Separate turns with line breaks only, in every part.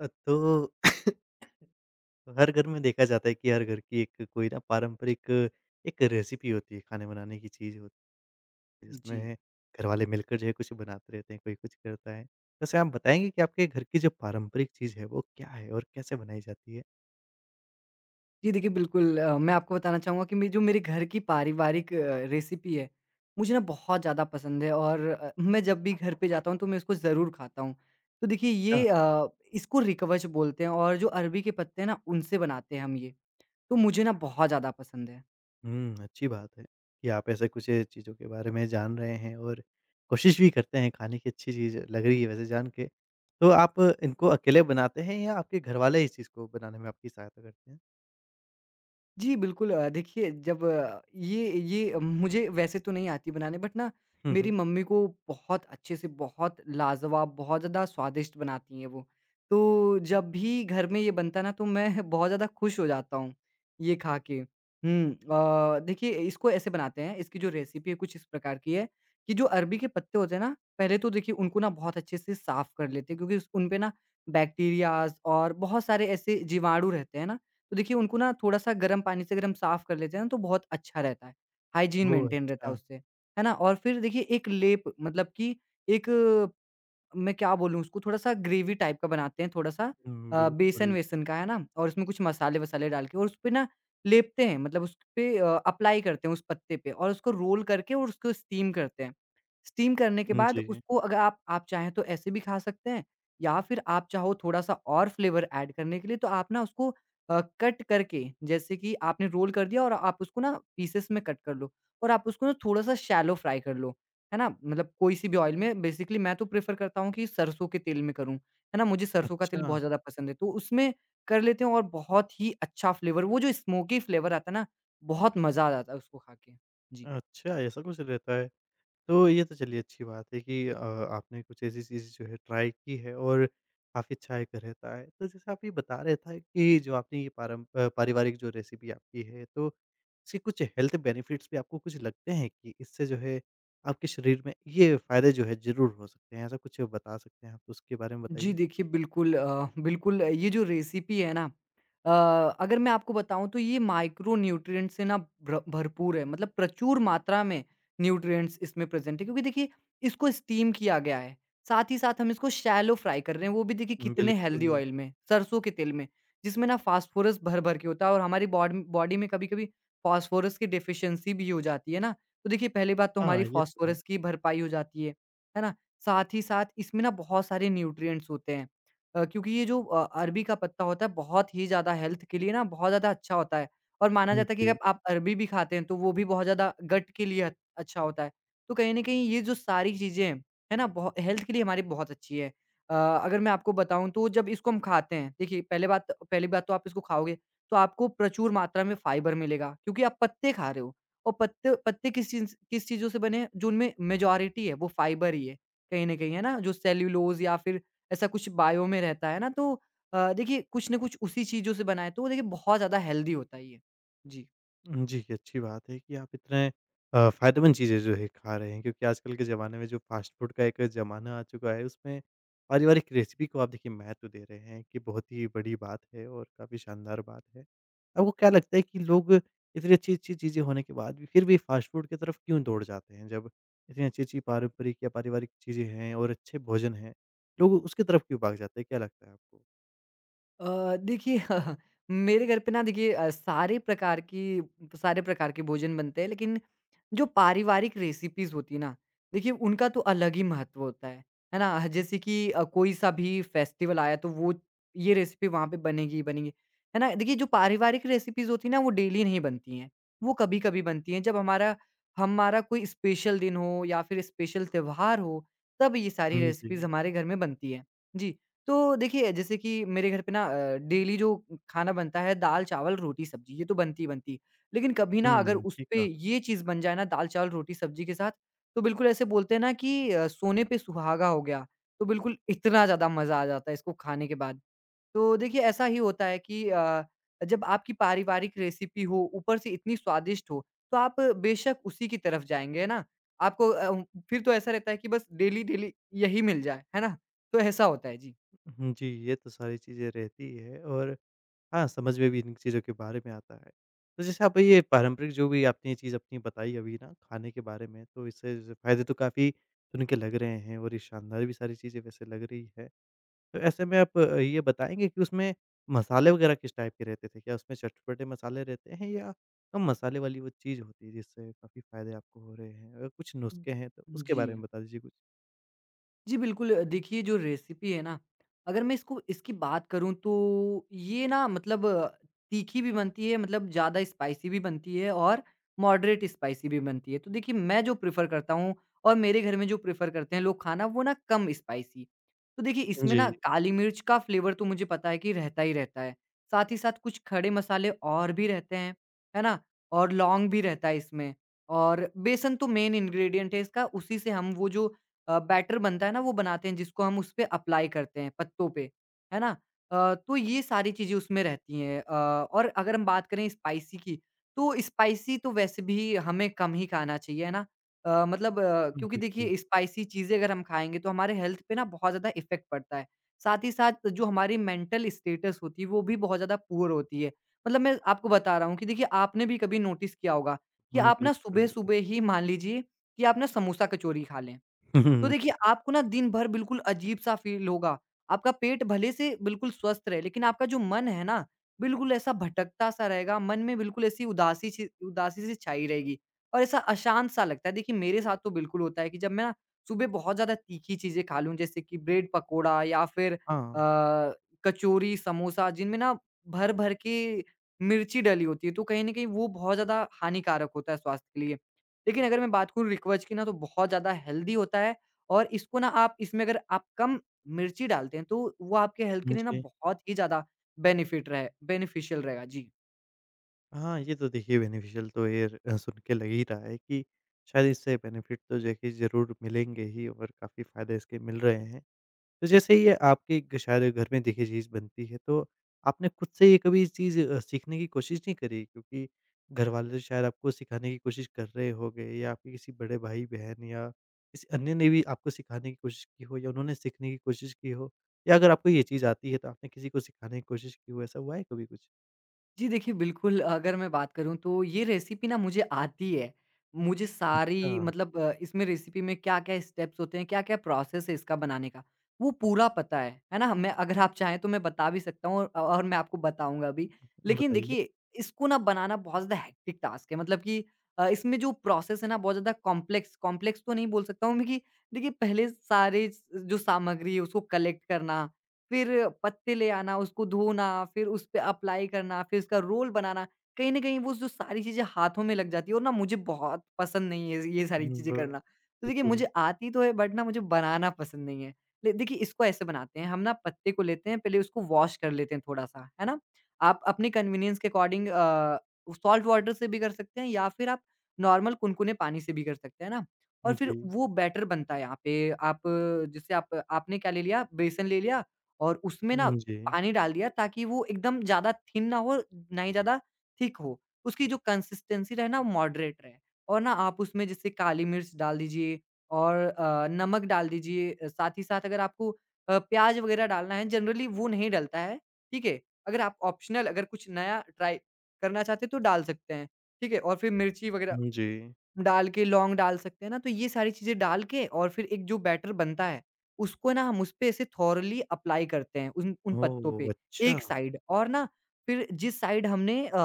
तो हर घर में देखा जाता है कि हर घर की एक कोई ना पारंपरिक एक रेसिपी होती है, खाने बनाने की चीज़ होती है,
जी।
जिसमें घर वाले मिलकर जो है कुछ बनाते रहते हैं, कोई कुछ करता है। वैसे आप बताएँगे कि आपके घर की जो पारंपरिक चीज़ है, वो क्या है और कैसे बनाई जाती है?
जी, देखिए बिल्कुल मैं आपको बताना चाहूँगा कि मे जो मेरे घर की पारिवारिक रेसिपी है, मुझे ना बहुत ज़्यादा पसंद है और मैं जब भी घर पे जाता हूँ तो मैं इसको ज़रूर खाता हूँ। तो देखिए
अच्छा।
ये इसको रिकवच बोलते हैं और जो अरबी के पत्ते हैं ना उनसे बनाते हैं हम ये। तो मुझे ना बहुत ज़्यादा पसंद है।
हुँ, अच्छी बात है कि आप ऐसे कुछ चीज़ों के बारे में जान रहे हैं और कोशिश भी करते हैं, खाने की अच्छी चीज़ लग रही है वैसे जान के। तो आप इनको अकेले बनाते हैं या आपके घर वाले इस चीज़ को बनाने में आपकी सहायता करते हैं?
जी, बिल्कुल देखिए जब ये मुझे वैसे तो नहीं आती बनाने बट ना
हुँ,
मेरी
हुँ।
मम्मी को बहुत अच्छे से, बहुत लाजवाब, बहुत ज़्यादा स्वादिष्ट बनाती हैं वो। तो जब भी घर में ये बनता है ना तो मैं बहुत ज़्यादा खुश हो जाता हूँ, ये खा के। हुँ, देखिए इसको ऐसे बनाते हैं, इसकी जो रेसिपी है कुछ इस प्रकार की है कि जो अरबी के पत्ते होते हैं ना, पहले तो देखिए उनको ना बहुत अच्छे से साफ कर लेते हैं क्योंकि उस उन पे ना बैक्टीरियाज़ और बहुत सारे ऐसे जीवाणु रहते हैं ना, तो देखिए उनको ना थोड़ा-सा गर्म पानी से अगर हम साफ़ कर लेते हैं ना तो बहुत अच्छा रहता है, हाइजीन
ओह!
मेंटेन रहता है
अच्छा।
उससे, है ना? और फिर देखिए एक लेप मतलब कि एक मैं क्या बोलूँ उसको थोड़ा-सा ग्रेवी टाइप का बनाते हैं, थोड़ा-सा
हुँ, बिल्कुल।
बेसन-वेसन का, है ना? और उसमें कुछ मसाले-वसाले डाल के और उसपे ना लेपते हैं, मतलब उस पे अप्लाई करते हैं उस पत्ते पे और उसको रोल करके और उसको स्टीम करते हैं। स्टीम करने के
हुँ,
बाद
जी।
उसको अगर आप चाहें तो ऐसे भी खा सकते हैं या फिर आप चाहो थोड़ा-सा और फ्लेवर ऐड करने के लिए तो आप ना उसको कट करके जैसे कि आपने रोल कर दिया और आप उसको ना पीसेस में कट कर लो और आप उसको ना थोड़ा-सा शैलो फ्राई कर लो। है ना? मतलब कोई-सी भी ऑयल में बेसिकली मैं तो प्रेफ़र करता हूँ कि सरसों के तेल में करूँ, है ना? मुझे सरसों का तेल
अच्छा,
बहुत ज़्यादा पसंद है, तो उसमें कर लेते हैं और बहुत ही अच्छा फ्लेवर वो जो स्मोकी फ्लेवर आता है ना, बहुत मज़ा आ जाता है उसको खा के। जी।
अच्छा ऐसा कुछ रहता है। तो ये तो चलिए अच्छी बात है कि आपने कुछ ऐसी चीज़ जो है ट्राई की है और काफ़ी अच्छा एक रहता है। तो जैसे आप ये बता रहे थे कि जो आपने ये पारिवारिक जो रेसिपी आपकी है तो इसके कुछ हेल्थ बेनिफिट्स भी आपको कुछ लगते हैं कि इससे जो है आपके शरीर में ये फ़ायदे जो है ज़रूर हो सकते हैं? ऐसा कुछ बता सकते हैं आप तो उसके बारे में
जी,
बताइए?
देखिए बिल्कुल ये जो रेसिपी है ना अ, अगर मैं आपको बताऊँ तो ये माइक्रो न्यूट्रिएंट से ना भ्र भरपूर है मतलब प्रचुर मात्रा में न्यूट्रिएंट्स इसमें प्रेज़ेंट है क्योंकि देखिए इसको स्टीम किया गया है। साथ ही साथ हम इसको शैलो फ्राई कर रहे हैं, वो भी देखिए कितने हेल्दी
बिल्कुल।
ऑयल में, सरसों के तेल में, जिसमें ना फ़ॉस्फ़ोरस भर-भर के होता है और हमारी बॉडी में कभी-कभी फ़ॉस्फ़ोरस की डेफ़िशिएंसी भी हो जाती है ना। तो देखिए पहली बात तो हमारी
हाँ, ये तो है।
फ़ॉस्फ़ोरस की भरपाई हो जाती है ना? साथ ही साथ इसमें ना बहुत सारे न्यूट्रिएंट्स होते हैं क्योंकि ये जो अरबी का पत्ता होता है बहुत ही ज़्यादा हेल्थ के लिए ना बहुत ज़्यादा अच्छा होता है और माना
हुँ,
जाता है कि
जी।
अगर आप अरबी भी खाते हैं तो वो भी बहुत ज़्यादा गट के लिए अच्छा होता है तो कहीं ना कहीं ये जो सारी चीज़ें हैं है ना बहुत हेल्थ के लिए हमारी बहुत अच्छी है। अगर मैं आपको बताऊं तो जब इसको हम खाते हैं देखिए पहले बात पहली बात तो आप इसको खाओगे तो आपको प्रचुर मात्रा में फाइबर मिलेगा क्योंकि आप पत्ते खा रहे हो और पत्ते पत्ते किस चीजों से बने हैं जो उनमें मेजोरिटी है वो फाइबर ही है कहीं न कहीं, है ना? जो सेल्युलोज़ या फिर ऐसा कुछ बायो में रहता है ना, तो देखिए कुछ न कुछ उसी चीज़ों से बनाएँ तो देखिए बहुत ज़्यादा हेल्दी होता है ये। जी।
जी, अच्छी बात है कि आप इतने फ़ायदेमंद चीज़ें जो है खा रहे हैं क्योंकि आजकल के ज़माने में जो फ़ास्ट फ़ूड का एक ज़माना आ चुका है उसमें पारिवारिक रेसिपी को आप देखिए महत्व दे रहे हैं कि बहुत ही बड़ी बात है और काफ़ी शानदार बात है। आपको क्या लगता है कि लोग इतनी अच्छी-अच्छी चीज़ें होने के बाद भी फिर भी फ़ास्ट फ़ूड की तरफ क्यों दौड़ जाते हैं? जब इतनी अच्छी-अच्छी पारंपरिक या पारिवारिक चीज़ें हैं और अच्छे भोजन हैं, लोग उसकी तरफ क्यों भाग जाते हैं? क्या लगता है आपको?
अ, देखिए मेरे घर पे ना देखिए सारे प्रकार के भोजन बनते हैं लेकिन जो पारिवारिक रेसिपीज़ होती है ना, देखिए उनका तो अलग ही महत्व होता है ना? जैसे कि कोई सा भी फेस्टिवल आया तो वो ये रेसिपी वहाँ पे बनेगी ही बनेगी, है ना? देखिए जो पारिवारिक रेसिपीज़ होती हैं ना वो डेली नहीं बनती हैं, वो कभी-कभी बनती हैं जब हमारा हमारा कोई स्पेशल दिन हो या फिर स्पेशल त्योहार हो, तब ये सारी
हुँ,
रेसिपीज़
जी।
हमारे घर में बनती हैं। जी, तो देखिए जैसे कि मेरे घर पे ना डेली जो खाना बनता है दाल, चावल, रोटी, सब्ज़ी ये तो बनती ही बनती लेकिन कभी ना अगर
हुँ, ठीक
उसपे
कहा।
ये चीज़ बन जाए ना दाल-चावल, रोटी-सब्जी के साथ, तो बिल्कुल ऐसे बोलते हैं ना कि सोने पे सुहागा हो गया। तो बिल्कुल इतना ज़्यादा मज़ा आ जाता है इसको खाने के बाद। तो देखिए ऐसा ही होता है कि जब आपकी पारिवारिक रेसिपी हो, ऊपर से इतनी स्वादिष्ट हो, तो आप बेशक उसी की तरफ जाएँगे, है ना? आपको फिर तो ऐसा रहता है कि बस डेली-डेली यही मिल जाए, है ना? तो ऐसा होता है। जी।
हुँ, जी, ये तो सारी चीज़ें रहती है और हाँ, समझ में भी इन चीज़ों के बारे में आता है। तो जैसे आप ये पारंपरिक जो भी आपने ये चीज़ अपनी बताई अभी ना खाने के बारे में, तो इससे ज फ़ायदे तो काफ़ी सुन के लग रहे हैं और ये शानदार भी सारी चीज़ें वैसे लग रही है। तो ऐसे में आप ये बताएँगे कि उसमें मसाले वगैरह किस टाइप के रहते थे? क्या उसमें चटपटे मसाले रहते हैं या कम मसाले वाली वो चीज़ होती है जिससे काफ़ी फ़ायदे आपको हो रहे हैं? अगर कुछ नुस्खे हैं तो उसके
जी।
बारे में बता दीजिए कुछ?
जी, बिल्कुल देखिए जो रेसिपी है ना, अगर मैं इसको इसकी बात करूँ तो ये ना मतलब तीखी भी बनती है, मतलब ज़्यादा स्पाइसी भी बनती है और मॉडरेट स्पाइसी भी बनती है। तो देखिए मैं जो प्रेफ़र करता हूँ और मेरे घर में जो प्रेफ़र करते हैं लोग खाना वो ना कम स्पाइसी। तो देखिए इसमें
जी,
ना काली मिर्च का फ्लेवर तो मुझे पता है कि रहता ही रहता है। साथ ही साथ कुछ खड़े मसाले और भी रहते हैं, है ना? और लौंग भी रहता है इसमें और बेसन तो मेन इंग्रीडिएंट है इसका, उसी से हम वो जो बैटर बनता है ना वो बनाते हैं जिसको हम उस पे अप्लाई करते हैं पत्तों पे, है ना? तो ये सारी चीज़ें उसमें रहती हैं और अगर हम बात करें स्पाइसी की, तो स्पाइसी तो वैसे भी हमें कम ही खाना चाहिए, है ना? मतलब क्योंकि
बिल्कुल।
देखिए स्पाइसी चीज़ें अगर हम खाएँगे तो हमारे हेल्थ पे ना बहुत ज़्यादा इफ़ेक्ट पड़ता है। साथ ही साथ जो हमारी मेंटल स्टेटस होती है वो भी बहुत ज़्यादा पुअर होती है। मतलब मैं आपको बता रहा हूँ कि देखिए आपने भी कभी नोटिस किया होगा कि
हुँ,
आप ना
बिल्कुल।
सुबह-सुबह ही मान लीजिए कि आप ना समोसा कचौरी खा लें।
हुँ,
तो
हुँ,
देखिए,
जी।
आपको ना दिन भर बिल्कुल अजीब-सा फ़ील होगा। आपका पेट भले से बिल्कुल स्वस्थ रहे, लेकिन आपका जो मन है ना, बिल्कुल ऐसा भटकता-सा रहेगा। मन में बिल्कुल ऐसी उदासी सी छाई रहेगी और ऐसा अशांत-सा लगता है। देखिए, मेरे साथ तो बिल्कुल होता है कि जब मैं ना सुबह बहुत ज़्यादा तीखी चीज़ें खा लूँ, जैसे कि ब्रेड पकौड़ा या फिर
हाँ।
अ, कचौरी, समोसा, जिनमें ना भर-भर के मिर्ची डली होती है, तो कहीं न कहीं वो बहुत ज़्यादा हानिकारक होता है स्वास्थ्य के लिए। लेकिन अगर मैं बात करूँ रिकवच की ना, तो बहुत ज़्यादा हेल्दी होता है। और इसको ना आप इसमें अगर आप कम मिर्ची डालते हैं तो वो आपके हेल्थ के लिए ना
जी।
बहुत ही ज़्यादा बेनिफिट रहे बेनिफिशियल रहेगा। जी।
हाँ, ये तो देखिए बेनिफिशियल तो ये सुन के लग ही रहा है कि शायद इससे बेनिफिट तो देखिए ज़रूर मिलेंगे ही और काफ़ी फ़ायदे इसके मिल रहे हैं। तो जैसे ये आपके ग शायद घर में देखिए चीज़ बनती है, तो आपने खुद से ये कभी इस चीज़ सीखने की कोशिश नहीं करी? क्योंकि घरवाले शायद आपको सिखाने की कोशिश कर रहे होंगे या आपके किसी बड़े भाई-बहन या किसी अन्य ने भी आपको सिखाने की कोशिश की हो या उन्होंने सीखने की कोशिश की हो? या अगर आपको ये चीज़ आती है, तो आपने किसी को सिखाने की कोशिश की हो, ऐसा हुआ है कभी कुछ?
जी देखिए, बिल्कुल अगर मैं बात करूँ तो ये रेसिपी ना मुझे आती है। मुझे सारी
अच्छा,
मतलब इसमें रेसिपी में क्या-क्या स्टेप्स होते हैं, क्या-क्या प्रोसेस है इसका बनाने का, वो पूरा पता है। है ना? मैं अगर आप चाहें तो मैं बता भी सकता हूँ और मैं आपको बताऊँगा भी। लेकिन
बताइए।
देखिए, इसको ना बनाना बहुत ज़्यादा हेक्टिक टास्क है मतलब कि इसमें जो प्रोसेस है ना बहुत ज़्यादा कॉम्प्लेक्स कॉम्प्लेक्स तो नहीं बोल सकता हूँ मैं कि देखिए पहले सारे स जो सामग्री है उसको कलेक्ट करना फिर पत्ते ले आना, उसको धोना, फिर उस पे अप्लाई करना, फिर उसका रोल बनाना। कहीं न कहीं वो जो सारी चीज़ें हाथों में लग जाती है और ना मुझे बहुत पसंद नहीं है ये सारी
हुँ,
चीज़ें करना। तो देखिए
बिल्कुल।
मुझे आती तो है बट ना मुझे बनाना पसंद नहीं है। ले देखिए इसको ऐसे बनाते हैं, हम ना पत्ते को लेते हैं, पहले उसको वॉश कर लेते हैं थोड़ा-सा, है ना? आप अपने कन्वीनियंस के अकॉर्डिंग सॉल्ट वाटर से भी कर सकते हैं या फिर आप नॉर्मल कुनकुने पानी से भी कर सकते हैं ना? और फिर
जी।
वो बैटर बनता है यहाँ पे आप जैसे आप आपने क्या ले लिया बेसन ले लिया और उसमें ना
हुँ, जी।
पानी डाल दिया ताकि वो एकदम ज़्यादा थिन ना हो, ना ही ज़्यादा थिक हो। उसकी जो कंसिस्टेंसी रहे ना वो मॉडरेट रहे और ना आप उसमें जैसे काली मिर्च डाल दीजिए और नमक डाल दीजिए साथ ही साथ अगर आपको प्याज़ वगैरह डालना है जनरली वो नहीं डलता है, ठीक है? अगर आप ऑप्शनल अगर कुछ नया ट्राई करना चाहते हैं तो डाल सकते हैं, ठीक है? और फिर मिर्ची वगैरह
हुँ, जी।
डाल के लौंग डाल सकते हैं ना, तो ये सारी चीज़ें डाल के और फिर एक जो बैटर बनता है, उसको ना हम उसपे ऐसे थॉरली अप्लाई करते हैं उन उन पत्तों
ओह!
पे, एक
अच्छा।
साइड। और ना फिर जिस साइड हमने अ,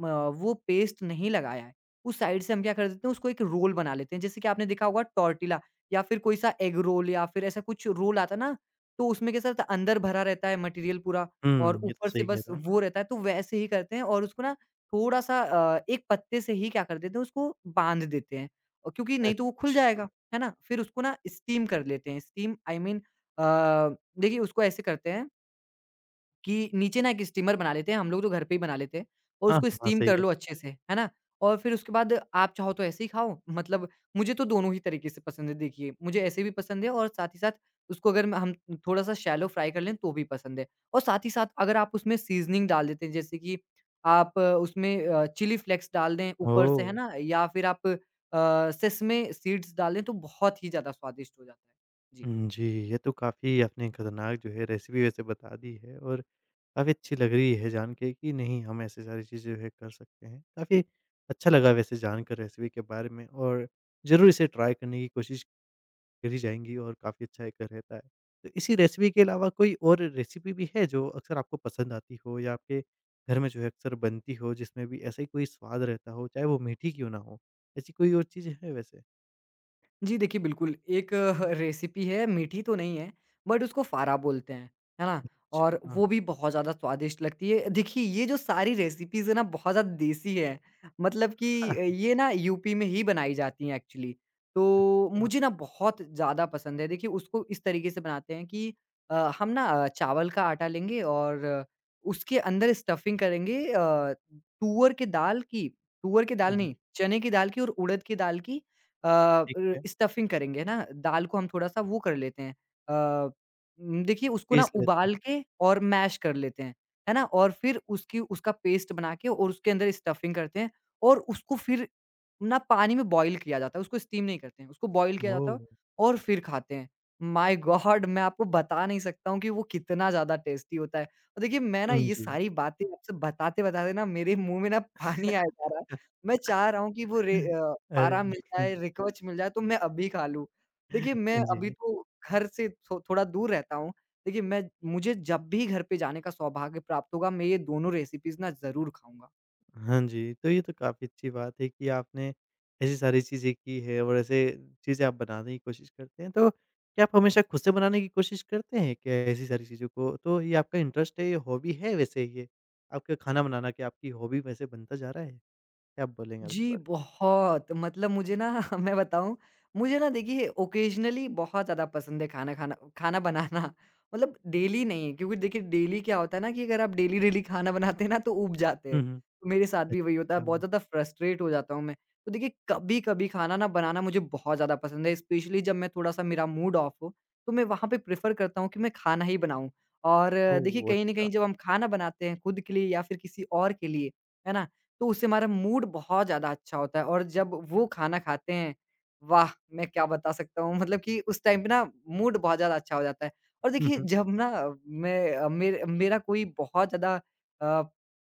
म वो पेस्ट नहीं लगाया है, उस साइड से हम क्या कर देते हैं, उसको एक रोल बना लेते हैं। जैसे कि आपने देखा होगा टॉर्टिला या फिर कोई सा एग रोल या फिर ऐसा कुछ रोल आता है ना, तो उसमें कैसा होता है, अंदर भरा रहता है मटेरियल पूरा
हुँ,
और
ये तो
ऊपर से
सही कह
बस
रहे हो।
वो रहता है, तो वैसे ही करते हैं। और उसको ना थोड़ा-सा, एक पत्ते से ही क्या कर देते हैं, उसको बाँध देते हैं, क्योंकि नहीं तो वो खुल जाएगा,
अच्छा।
है ना? फिर उसको ना स्टीम कर लेते हैं। स्टीम आई मीन देखिए उसको ऐसे करते हैं कि नीचे ना एक स्टीमर बना लेते हैं, हम लोग तो घर पे ही बना लेते हैं और
हाँ,
उसको
हाँ,
स्टीम
सही
कर
है।
लो अच्छे से, है ना? और फिर उसके बाद आप चाहो तो ऐसे ही खाओ, मतलब मुझे तो दोनों ही तरीके से पसंद है देखिए। मुझे ऐसे भी पसंद है और साथ ही साथ उसको अगर हम थोड़ा-सा शैलो फ्राई कर लें तो भी पसंद है। और साथ ही साथ अगर आप उसमें सीज़निंग डाल देते हैं, जैसे कि आप उसमें चिली फ्लेक्स डाल दें ऊपर से, है
ओह!
ना? या फिर आप सेसमे सीड्स डालें तो बहुत ही ज़्यादा स्वादिष्ट हो जाता है। जी।
हुँ, जी, ये तो काफ़ी आपने खतरनाक जो है रेसिपी वैसे बता दी है और काफ़ी अच्छी लग रही है जान के कि नहीं हम ऐसी सारी चीज़ें जो है कर सकते हैं। काफ़ी अच्छा लगा वैसे जानकर रेसिपी के बारे में और ज़रूर इसे ट्राई करने की कोशिश चली जाएँगी और काफ़ी अच्छा एक रहता है। तो इसी रेसिपी के अलावा कोई और रेसिपी भी है जो अक्सर आपको पसंद आती हो या आपके घर में जो है अक्सर बनती हो जिसमें भी ऐसा ही कोई स्वाद रहता हो, चाहे वो मीठी क्यों ना हो? ऐसी कोई और चीज़ है वैसे?
जी देखिए, बिल्कुल एक रेसिपी है, मीठी तो नहीं है बट उसको फारा बोलते हैं, है ना? और
अच्छा।
वो भी बहुत ज़्यादा स्वादिष्ट लगती है। देखिए ये जो सारी रेसिपीज़ है ना, बहुत ज़्यादा देसी है। मतलब कि ये ना यूपी में ही बनाई जाती हैं एक्चुअली। तो
अच्छा।
मुझे ना बहुत ज़्यादा पसंद है। देखिए उसको इस तरीके से बनाते हैं कि हम ना चावल का आटा लेंगे और उसके अंदर स्टफिंग करेंगे, तुअर के दाल की तुअर की दाल
हुँ,
नहीं, चने की दाल की और उड़द की दाल की। अ,
ठीक
र
है।
स्टफिंग करेंगे ना, दाल को हम थोड़ा-सा वो कर लेते हैं, अ, देखिए उसको ना
पीस लेते
उबाल
हैं।
के और मैश कर लेते हैं, है ना? और फिर उसकी उसका पेस्ट बना के और उसके अंदर स्टफिंग करते हैं और उसको फिर ना पानी में बॉयल किया जाता है, उसको स्टीम नहीं करते हैं, उसको बॉयल किया जाता
ओह!
है और फिर खाते हैं। My God! मैं आपको बता नहीं सकता हूँ कि वो कितना ज़्यादा टेस्टी होता है। और देखिए मैं ना
हुँ,
ये
जी।
सारी बातें आपसे बताते-बताते ना मेरे मुँह में ना पानी आए जा रहा है। मैं चाह रहा हूँ कि वो
अरे!
पारा मिल जाए, रिकवच मिल जाए तो मैं अभी खा लूँ। देखिए मैं अभी
जी।
तो घर से थो थोड़ा दूर रहता हूँ। देखिए मैं मुझे जब भी घर पे जाने का सौभाग्य प्राप्त होगा, मैं ये दोनों रेसिपीज़ ना ज़रूर खाऊँगा।
हाँ जी, तो ये तो काफ़ी अच्छी बात है कि आपने ऐसी सारी चीज़ें की है और ऐसे चीज़ें आप बनाने की कोशिश करते हैं। तो क्या आप हमेशा खुद से बनाने की कोशिश करते हैं क्या ऐसी सारी चीज़ों को? तो ये आपका इंटरेस्ट है, ये हॉबी है वैसे ये? आपका खाना बनाना क्या आपकी हॉबी में से बनता जा रहा है? क्या आप बोलेंगे आप इसके
जी,
बारे में?
बहुत मतलब मुझे ना मैं बताऊँ, मुझे ना देखिए ओकेज़नली बहुत ज़्यादा पसंद है खाना खाना, खाना बनाना। मतलब डेली नहीं, क्योंकि देखिए डेली क्या होता है ना कि अगर आप डेली-डेली खाना बनाते हैं ना तो ऊब जाते हैं।
हुँ, हुँ।
तो मेरे साथ भी वही होता है,
अच्छा,
बहुत ज़्यादा फ्रस्ट्रेट हो जाता हूँ मैं। तो देखिए कभी-कभी खाना ना बनाना मुझे बहुत ज़्यादा पसंद है, स्पेशली जब मैं थोड़ा-सा, मेरा मूड ऑफ हो, तो मैं वहाँ पे प्रेफ़र करता हूँ कि मैं खाना ही बनाऊँ। और देखिए
ओह!
कहीं न
अच्छा।
कहीं जब हम खाना बनाते हैं खुद के लिए या फिर किसी और के लिए, है ना? तो उससे हमारा मूड बहुत ज़्यादा अच्छा होता है और जब वो खाना खाते हैं, वाह! मैं क्या बता सकता हूँ, मतलब कि उस टाइम पे ना मूड बहुत ज़्यादा अच्छा हो जाता है। और देखिए
हुँ,
जब ना मैं मेरा कोई बहुत ज़्यादा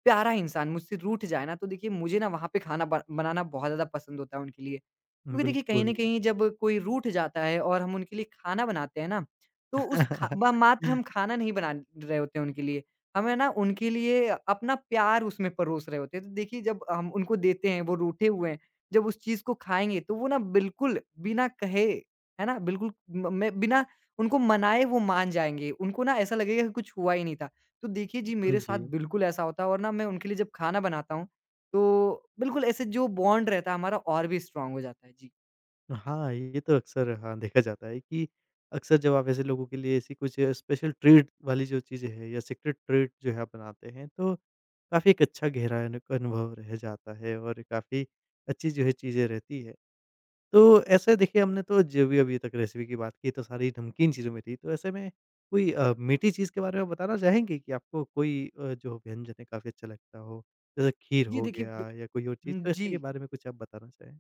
प्यारा इंसान मुझसे रूठ जाए ना, तो देखिए मुझे ना वहाँ पे खाना ब बनाना बहुत ज़्यादा पसंद होता है उनके लिए।
हुँ,
क्योंकि देखिए कहीं न
बिल्कुल।
कहीं जब कोई रूठ जाता है और हम उनके लिए खाना बनाते हैं ना, तो उस खा ब मात्र हम खाना नहीं बना रहे होते हैं उनके लिए, हमें ना उनके लिए अपना प्यार उसमें परोस रहे होते हैं। तो देखिए जब हम उनको देते हैं, वो रूठे हुए हैं, जब उस चीज़ को खाएँगे तो वो ना बिल्कुल बिना कहे, है ना? बिल्कुल म मैं बिना उनको मनाए वो मान जाएँगे। उनको ना ऐसा लगेगा कि कुछ हुआ ही नहीं था। तो देखिए जी मेरे साथ
जी।
बिल्कुल ऐसा होता है और ना मैं उनके लिए जब खाना बनाता हूँ, तो बिल्कुल ऐसे जो बॉन्ड रहता है हमारा और भी स्ट्रॉन्ग हो जाता है। जी।
हाँ, ये तो अक्सर हाँ, देखा जाता है कि अक्सर जब आप ऐसे लोगों के लिए ऐसी कुछ स्पेशल ट्रीट वाली जो चीज़ें हैं या सीक्रेट ट्रीट जो है आप बनाते हैं, तो काफ़ी एक अच्छा गहरा अनुभव रह जाता है और काफ़ी अच्छी जो है चीज़ें रहती है। तो ऐसे देखिए हमने तो जो भी अभी तक रेसिपी की बात की तो सारी नमकीन चीज़ों में थी, तो ऐसे में कोई मीठी चीज़ के बारे में बताना चाहेंगे कि आपको कोई जो व्यंजन है काफ़ी अच्छा लगता हो? जैसे खीर
जी
हो
देखिए, ब
गया या कोई और चीज़, तो इसके
जी।
बारे में कुछ आप बताना चाहें?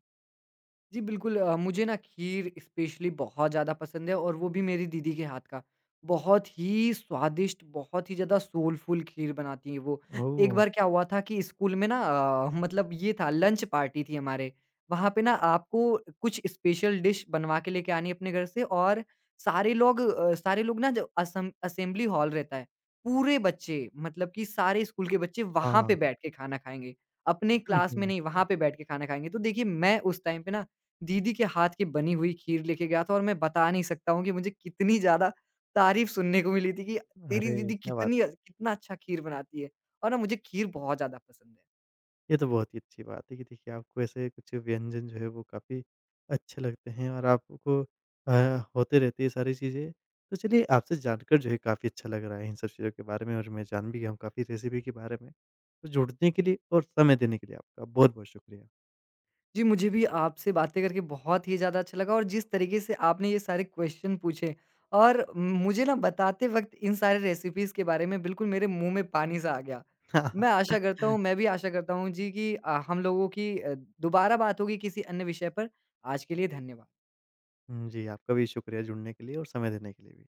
जी, बिल्कुल मुझे ना खीर स्पेशली बहुत ज़्यादा पसंद है और वो भी मेरी दीदी के हाथ का। बहुत ही स्वादिष्ट, बहुत ही ज़्यादा सोलफुल खीर बनाती हैं वो। एक
ओह!
बार क्या हुआ था कि स्कूल में ना मतलब ये था, लंच पार्टी थी हमारे। वहाँ पे ना आपको कुछ स्पेशल डिश बनवा के लेके आनी है अपने घर से और सारे लोग ना जो असम असेंबली हॉल रहता है, पूरे बच्चे मतलब कि सारे स्कूल के बच्चे वहाँ पे
हाँ।
बैठ के खाना खाएँगे। अपने
हुँ,
क्लास में
हुँ।
नहीं, वहाँ
अच्छा।
पे बैठ के खाना खाएँगे। तो देखिए मैं उस टाइम पे ना दीदी के हाथ की बनी हुई खीर लेके गया था और मैं बता नहीं सकता हूँ कि मुझे कितनी ज़्यादा तारीफ़ सुनने को मिली थी कि तेरी
अरे!
दीदी
क्या बात
कितनी
है।
कितना अच्छा खीर बनाती है। और ना मुझे खीर बहुत ज़्यादा पसंद है।
ये तो बहुत ही अच्छी बात है कि देखिए आपको ऐसे कुछ व्यंजन जो है वो काफ़ी अच्छे लगते हैं और आपको अ, होते रहती है सारी चीज़ें। तो चलिए आपसे जानकर जो है काफ़ी अच्छा लग रहा है इन सब चीज़ों के बारे में और मैं जान भी गया हूँ काफ़ी रेसिपी के बारे में। तो जुड़ने के लिए और समय देने के लिए आपका बहुत-बहुत शुक्रिया।
जी, मुझे भी आपसे बातें करके बहुत ही ज़्यादा अच्छा लगा और जिस तरीके से आपने ये सारे क्वेश्चन पूछे और मुझे ना बताते वक़्त इन सारे रेसिपीज़ के बारे में बिल्कुल मेरे मुँह में पानी सा आ गया। मैं आशा करता हूँ, मैं भी आशा करता हूँ जी कि हम लोगों की दोबारा बात होगी किसी अन्य विषय पर। आज के लिए धन्यवाद।
हुँ, जी आपका भी शुक्रिया जुड़ने के लिए और समय देने के लिए भी।